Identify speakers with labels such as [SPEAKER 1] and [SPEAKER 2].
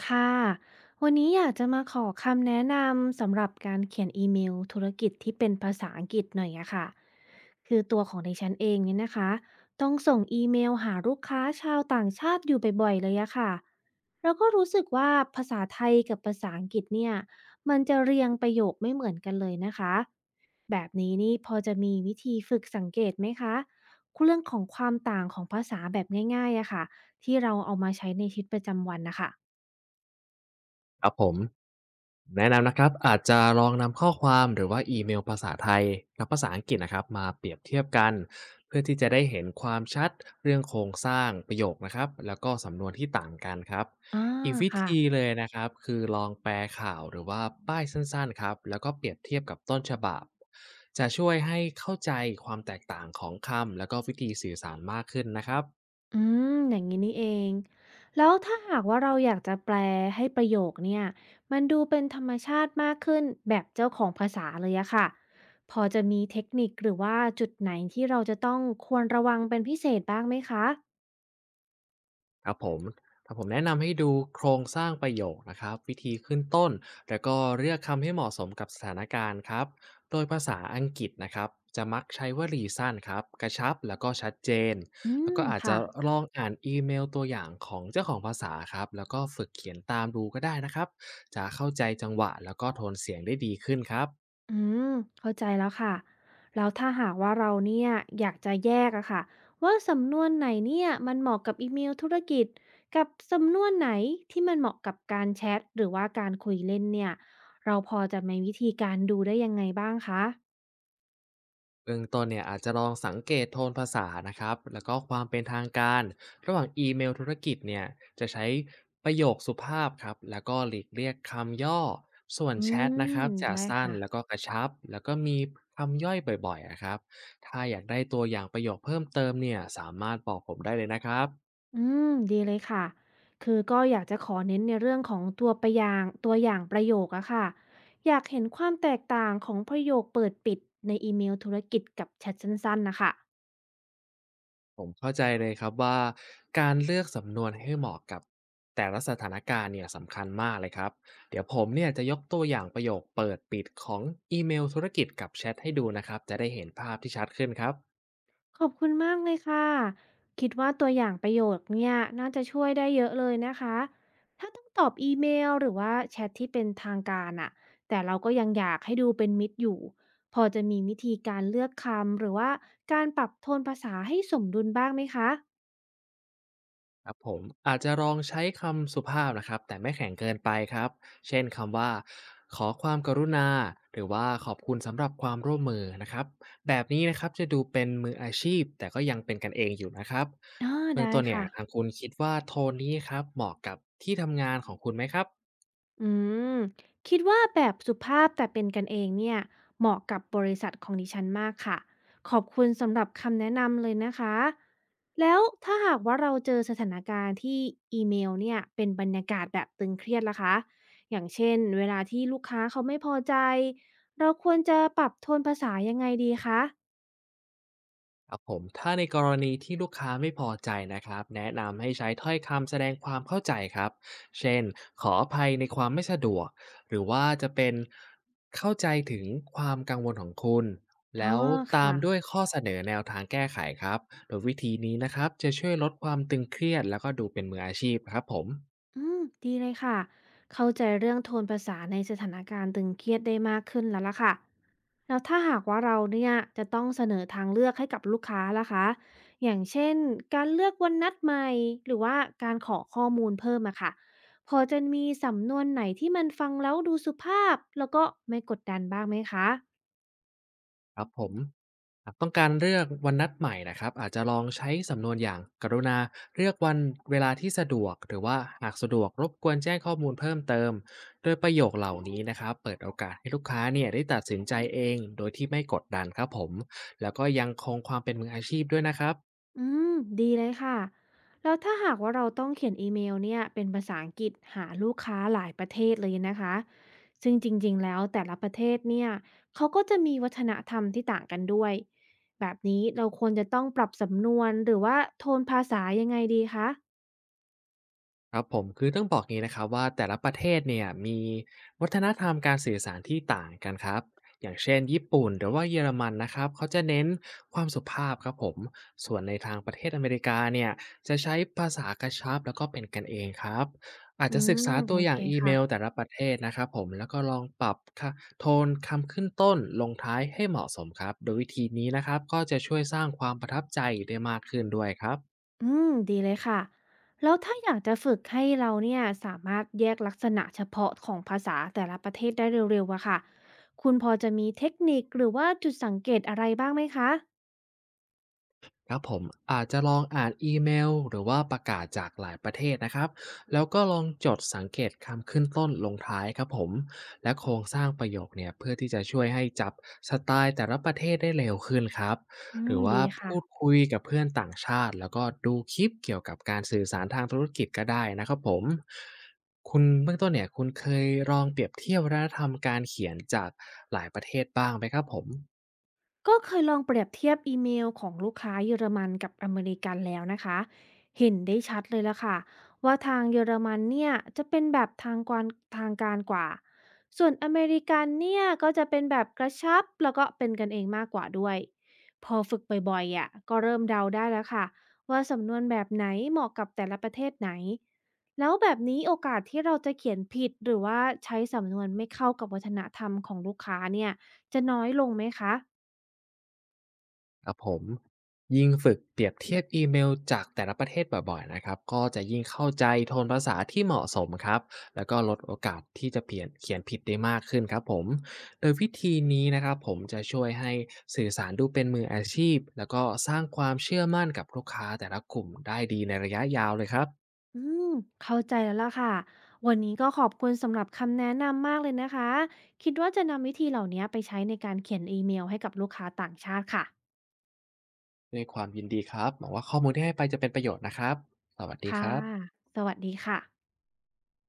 [SPEAKER 1] ค่ะวันนี้อยากจะมาขอคำแนะนำสำหรับการเขียนอีเมลธุรกิจที่เป็นภาษาอังกฤษหน่อยอะค่ะคือตัวของดิฉันเองเนี่ยนะคะ ต้องส่งอีเมลหาลูกค้าชาวต่างชาติอยู่บ่อยๆเลยอะค่ะ แล้วก็รู้สึกว่าภาษาไทยกับภาษาอังกฤษเนี่ยมันจะเรียงประโยคไม่เหมือนกันเลยนะคะ แบบนี้นี่พอจะมีวิธีฝึกสังเกตไหมคะเรื่องของความต่างของภาษาแบบง่ายๆอะค่ะที่เราเอามาใช้ในชีวิตประจำวันนะคะ
[SPEAKER 2] ครับผมแนะนำนะครับอาจจะลองนำข้อความหรือว่าอีเมลภาษาไทยกับภาษาอังกฤษนะครับมาเปรียบเทียบกันเพื่อที่จะได้เห็นความชัดเรื่องโครงสร้างประโยคนะครับแล้วก็สำนวนที่ต่างกันครับ
[SPEAKER 1] อา
[SPEAKER 2] อีกวิ
[SPEAKER 1] ค่ะ
[SPEAKER 2] ธีเลยนะครับคือลองแปลข่าวหรือว่าป้ายสั้นๆครับแล้วก็เปรียบเทียบกับต้นฉบับจะช่วยให้เข้าใจความแตกต่างของคำแล้วก็วิธีสื่อสารมากขึ้นนะครับ
[SPEAKER 1] อืมอย่างงี้นี่เอง แล้วถ้าหากว่าเราอยากจะแปลให้ประโยคเนี่ย มันดูเป็นธรรมชาติมากขึ้นแบบเจ้าของภาษาเลยอะค่ะ พอจะมีเทคนิคหรือว่าจุดไหนที่เราจะต้องควรระวังเป็นพิเศษบ้างไหมคะ
[SPEAKER 2] ครับผมถ้าผมแนะนำให้ดูโครงสร้างประโยคนะครับวิธีขึ้นต้น แล้วก็เลือกคำให้เหมาะสมกับสถานการณ์ครับ โดยภาษาอังกฤษนะครับจะมักใช้วลีสั้นครับกระชับแล้วก็ชัดเจน
[SPEAKER 1] อื
[SPEAKER 2] แล้ว
[SPEAKER 1] ม
[SPEAKER 2] ก็อาจจะ
[SPEAKER 1] ค่ะ
[SPEAKER 2] ลองอ่านอีเมลตัวอย่างของเจ้าของภาษาครับแล้วก็ฝึกเขียนตามดูก็ได้นะครับ จะเข้าใจจังหวะแล้วก็โทนเสียงได้ดีขึ้นครับ
[SPEAKER 1] อืมเข้าใจแล้วค่ะแล้วถ้าหากว่าเราเนี่ยอยากจะแยกอะค่ะว่าสำนวนไหนเนี่ยมันเหมาะกับอีเมลธุรกิจกับสำนวนไหนที่มันเหมาะกับการแชทหรือว่าการคุยเล่นเนี่ยเราพอจะมีวิธีการดูได้ยังไงบ้างคะ
[SPEAKER 2] เบื้องต้นเนี่ยอาจจะลองสังเกตโทนภาษานะครับแล้วก็ความเป็นทางการระหว่างอีเมลธุรกิจเนี่ยจะใช้ประโยคสุภาพครับแล้วก็หลีกเลี่ยงคำย่อส่วน
[SPEAKER 1] อื
[SPEAKER 2] แชทนะ
[SPEAKER 1] ม
[SPEAKER 2] ครับจะ
[SPEAKER 1] ได้
[SPEAKER 2] สั้น
[SPEAKER 1] ค่ะ
[SPEAKER 2] แล้วก็กระชับแล้วก็มีคำย่อยบ่อยๆนะครับถ้าอยากได้ตัวอย่างประโยคเพิ่มเติมเนี่ยสามารถบอกผมได้เลยนะครับ
[SPEAKER 1] อืมดีเลยค่ะคือก็อยากจะขอเน้นในเรื่องของตัวประอยางตัวอย่างประโยคอะค่ะอยากเห็นความแตกต่างของประโยคเปิดปิดในอีเมลธุรกิจกับแชทสั้นๆนะคะ
[SPEAKER 2] ผมเข้าใจเลยครับว่าการเลือกสำนวนให้เหมาะกับแต่ละสถานการณ์เนี่ยสำคัญมากเลยครับเดี๋ยวผมเนี่ยจะยกตัวอย่างประโยคเปิดปิดของอีเมลธุรกิจกับแชทให้ดูนะครับจะได้เห็นภาพที่ชัดขึ้นครับ
[SPEAKER 1] ขอบคุณมากเลยค่ะคิดว่าตัวอย่างประโยคเนี่ยน่าจะช่วยได้เยอะเลยนะคะถ้าต้องตอบอีเมลหรือว่าแชทที่เป็นทางการอะแต่เราก็ยังอยากให้ดูเป็นมิตรอยู่พอจะมีวิธีการเลือกคำหรือว่าการปรับโทนภาษาให้สมดุลบ้างไหมคะ
[SPEAKER 2] ครับผมอาจจะลองใช้คำสุภาพนะครับแต่ไม่แข็งเกินไปครับเช่นคำว่าขอความกรุณาหรือว่าขอบคุณสำหรับความร่วมมือนะครับแบบนี้นะครับจะดูเป็นมืออาชีพแต่ก็ยังเป็นกันเองอยู่นะครับ
[SPEAKER 1] อ่า
[SPEAKER 2] เบื้อง
[SPEAKER 1] ได้
[SPEAKER 2] ต้นเนี่ย
[SPEAKER 1] ค่ะ
[SPEAKER 2] ทางคุณคิดว่าโทนนี้ครับเหมาะกับที่ทำงานของคุณไหมครับ
[SPEAKER 1] อืมคิดว่าแบบสุภาพแต่เป็นกันเองเนี่ยเหมาะกับบริษัทของดิฉันมากค่ะขอบคุณสำหรับคำแนะนำเลยนะคะแล้วถ้าหากว่าเราเจอสถานการณ์ที่อีเมลเนี่ยเป็นบรรยากาศแบบตึงเครียดล่ะคะอย่างเช่นเวลาที่ลูกค้าเขาไม่พอใจเราควรจะปรับโทนภาษายังไงดีคะ
[SPEAKER 2] ครับผมถ้าในกรณีที่ลูกค้าไม่พอใจนะครับแนะนำให้ใช้ถ้อยคำแสดงความเข้าใจครับเช่นขออภัยในความไม่สะดวกหรือว่าจะเป็นเข้าใจถึงความกังวลของคุณ
[SPEAKER 1] อ๋อ
[SPEAKER 2] แล้วตา
[SPEAKER 1] ค่ะ
[SPEAKER 2] มด้วยข้อเสนอแนวทางแก้ไขครับโดยวิธีนี้นะครับจะช่วยลดความตึงเครียดแล้วก็ดูเป็นมืออาชีพครับผม
[SPEAKER 1] อืมดีเลยค่ะ เข้าใจเรื่องโทนภาษาในสถานการณ์ตึงเครียดได้มากขึ้นแล้วล่ะค่ะ แล้วถ้าหากว่าเราเนี่ยจะต้องเสนอทางเลือกให้กับลูกค้าล่ะคะอย่างเช่นการเลือกวันนัดใหม่หรือว่าการขอข้อมูลเพิ่มอะค่ะพอจะมีสำนวนไหนที่มันฟังแล้วดูสุภาพแล้วก็ไม่กดดันบ้างไหมคะ
[SPEAKER 2] ครับผมหากต้องการเลือกวันนัดใหม่นะครับอาจจะลองใช้สำนวนอย่างกรุณาเลือกวันเวลาที่สะดวกหรือว่าหากสะดวกรบกวนแจ้งข้อมูลเพิ่มเติมโดยประโยคเหล่านี้นะครับเปิดโอกาสให้ลูกค้าเนี่ยได้ตัดสินใจเองโดยที่ไม่กดดันครับผมแล้วก็ยังคงความเป็นมืออาชีพด้วยนะครับ
[SPEAKER 1] อืมดีเลยค่ะ แล้วถ้าหากว่าเราต้องเขียนอีเมลเนี่ยเป็นภาษาอังกฤษหาลูกค้าหลายประเทศเลยนะคะ ซึ่งจริงๆ แล้วแต่ละประเทศเนี่ยเขาก็จะมีวัฒนธรรมที่ต่างกันด้วย แบบนี้เราควรจะต้องปรับสำนวนหรือว่าโทนภาษายังไงดีคะ
[SPEAKER 2] ครับผมคือต้องบอกงี้นะครับว่าแต่ละประเทศเนี่ยมีวัฒนธรรมการสื่อสารที่ต่างกันครับอย่างเช่นญี่ปุ่นหรือว่าเยอรมันนะครับเขาจะเน้นความสุภาพครับผมส่วนในทางประเทศอเมริกาเนี่ยจะใช้ภาษากระชับแล้วก็เป็นกันเองครับอาจ
[SPEAKER 1] อื
[SPEAKER 2] จะศึก
[SPEAKER 1] ม
[SPEAKER 2] ษาตั
[SPEAKER 1] โอ
[SPEAKER 2] วอย่า
[SPEAKER 1] เค
[SPEAKER 2] งอีเมลแต่
[SPEAKER 1] ค่ะ
[SPEAKER 2] ละประเทศนะครับผมแล้วก็ลองปรับค่ะโทนคำขึ้นต้นลงท้ายให้เหมาะสมครับโดยวิธีนี้นะครับก็จะช่วยสร้างความประทับใจได้มากขึ้นด้วยครับ
[SPEAKER 1] อืมดีเลยค่ะแล้วถ้าอยากจะฝึกให้เราเนี่ยสามารถแยกลักษณะเฉพาะของภาษาแต่ละประเทศได้เร็วๆอะค่ะคุณพอจะมีเทคนิคหรือว่าจุดสังเกตอะไรบ้างไหมคะ
[SPEAKER 2] ครับผมอาจจะลองอ่านอีเมลหรือว่าประกาศจากหลายประเทศนะครับแล้วก็ลองจดสังเกตคำขึ้นต้นลงท้ายครับผมและโครงสร้างประโยคเนี่ยเพื่อที่จะช่วยให้จับสไตล์แต่ละประเทศได้เร็วขึ้นครับ
[SPEAKER 1] อื
[SPEAKER 2] หรื
[SPEAKER 1] ม
[SPEAKER 2] อว่า
[SPEAKER 1] ดีค่ะ
[SPEAKER 2] พูดคุยกับเพื่อนต่างชาติแล้วก็ดูคลิปเกี่ยวกับการสื่อสารทางธุรกิจก็ได้นะครับผมคุณเบื้องต้นเนี่ยคุณเคยลองเปรียบเทียบวัฒนธรรมการเขียนจากหลายประเทศบ้างไหมครับผม
[SPEAKER 1] ก็เคยลองเปรียบเทียบอีเมลของลูกค้าเยอรมันกับอเมริกันแล้วนะคะเห็นได้ชัดเลยละค่ะว่าทางเยอรมันเนี่ยจะเป็นแบบทางการกว่า ส่วนอเมริกันเนี่ยก็จะเป็นแบบกระชับแล้วก็เป็นกันเองมากกว่าด้วยพอฝึกบ่อยๆอ่ะก็เริ่มเดาได้แล้วค่ะว่าสำนวนแบบไหนเหมาะกับแต่ละประเทศไหน แล้วแบบนี้โอกาสที่เราจะเขียนผิดหรือว่าใช้สำนวนไม่เข้ากับวัฒนธรรมของลูกค้าเนี่ยจะน้อยลงไหมคะ
[SPEAKER 2] ครับผมยิ่งฝึกเปรียบเทียบอีเมลจากแต่ละประเทศบ่อยๆนะครับก็จะยิ่งเข้าใจโทนภาษาที่เหมาะสมครับแล้วก็ลดโอกาสที่จะเปลี่ยนเขียนผิดได้มากขึ้นครับผมโดยวิธีนี้นะครับผมจะช่วยให้สื่อสารดูเป็นมืออาชีพแล้วก็สร้างความเชื่อมั่นกับลูกค้าแต่ละกลุ่มได้ดีในระยะยาวเลยครับ
[SPEAKER 1] อืมเข้าใจแล้วล่ะค่ะ วันนี้ก็ขอบคุณสำหรับคำแนะนำมากเลยนะคะ คิดว่าจะนำวิธีเหล่านี้ไปใช้ในการเขียนอีเมลให้กับลูกค้าต่างชาติค่ะ
[SPEAKER 2] ด้วยความยินดีครับหวังว่าข้อมูลที่ให้ไปจะเป็นประโยชน์นะครับสวัสดีค
[SPEAKER 1] ค่ะ
[SPEAKER 2] รับ
[SPEAKER 1] สวัสดีค่ะ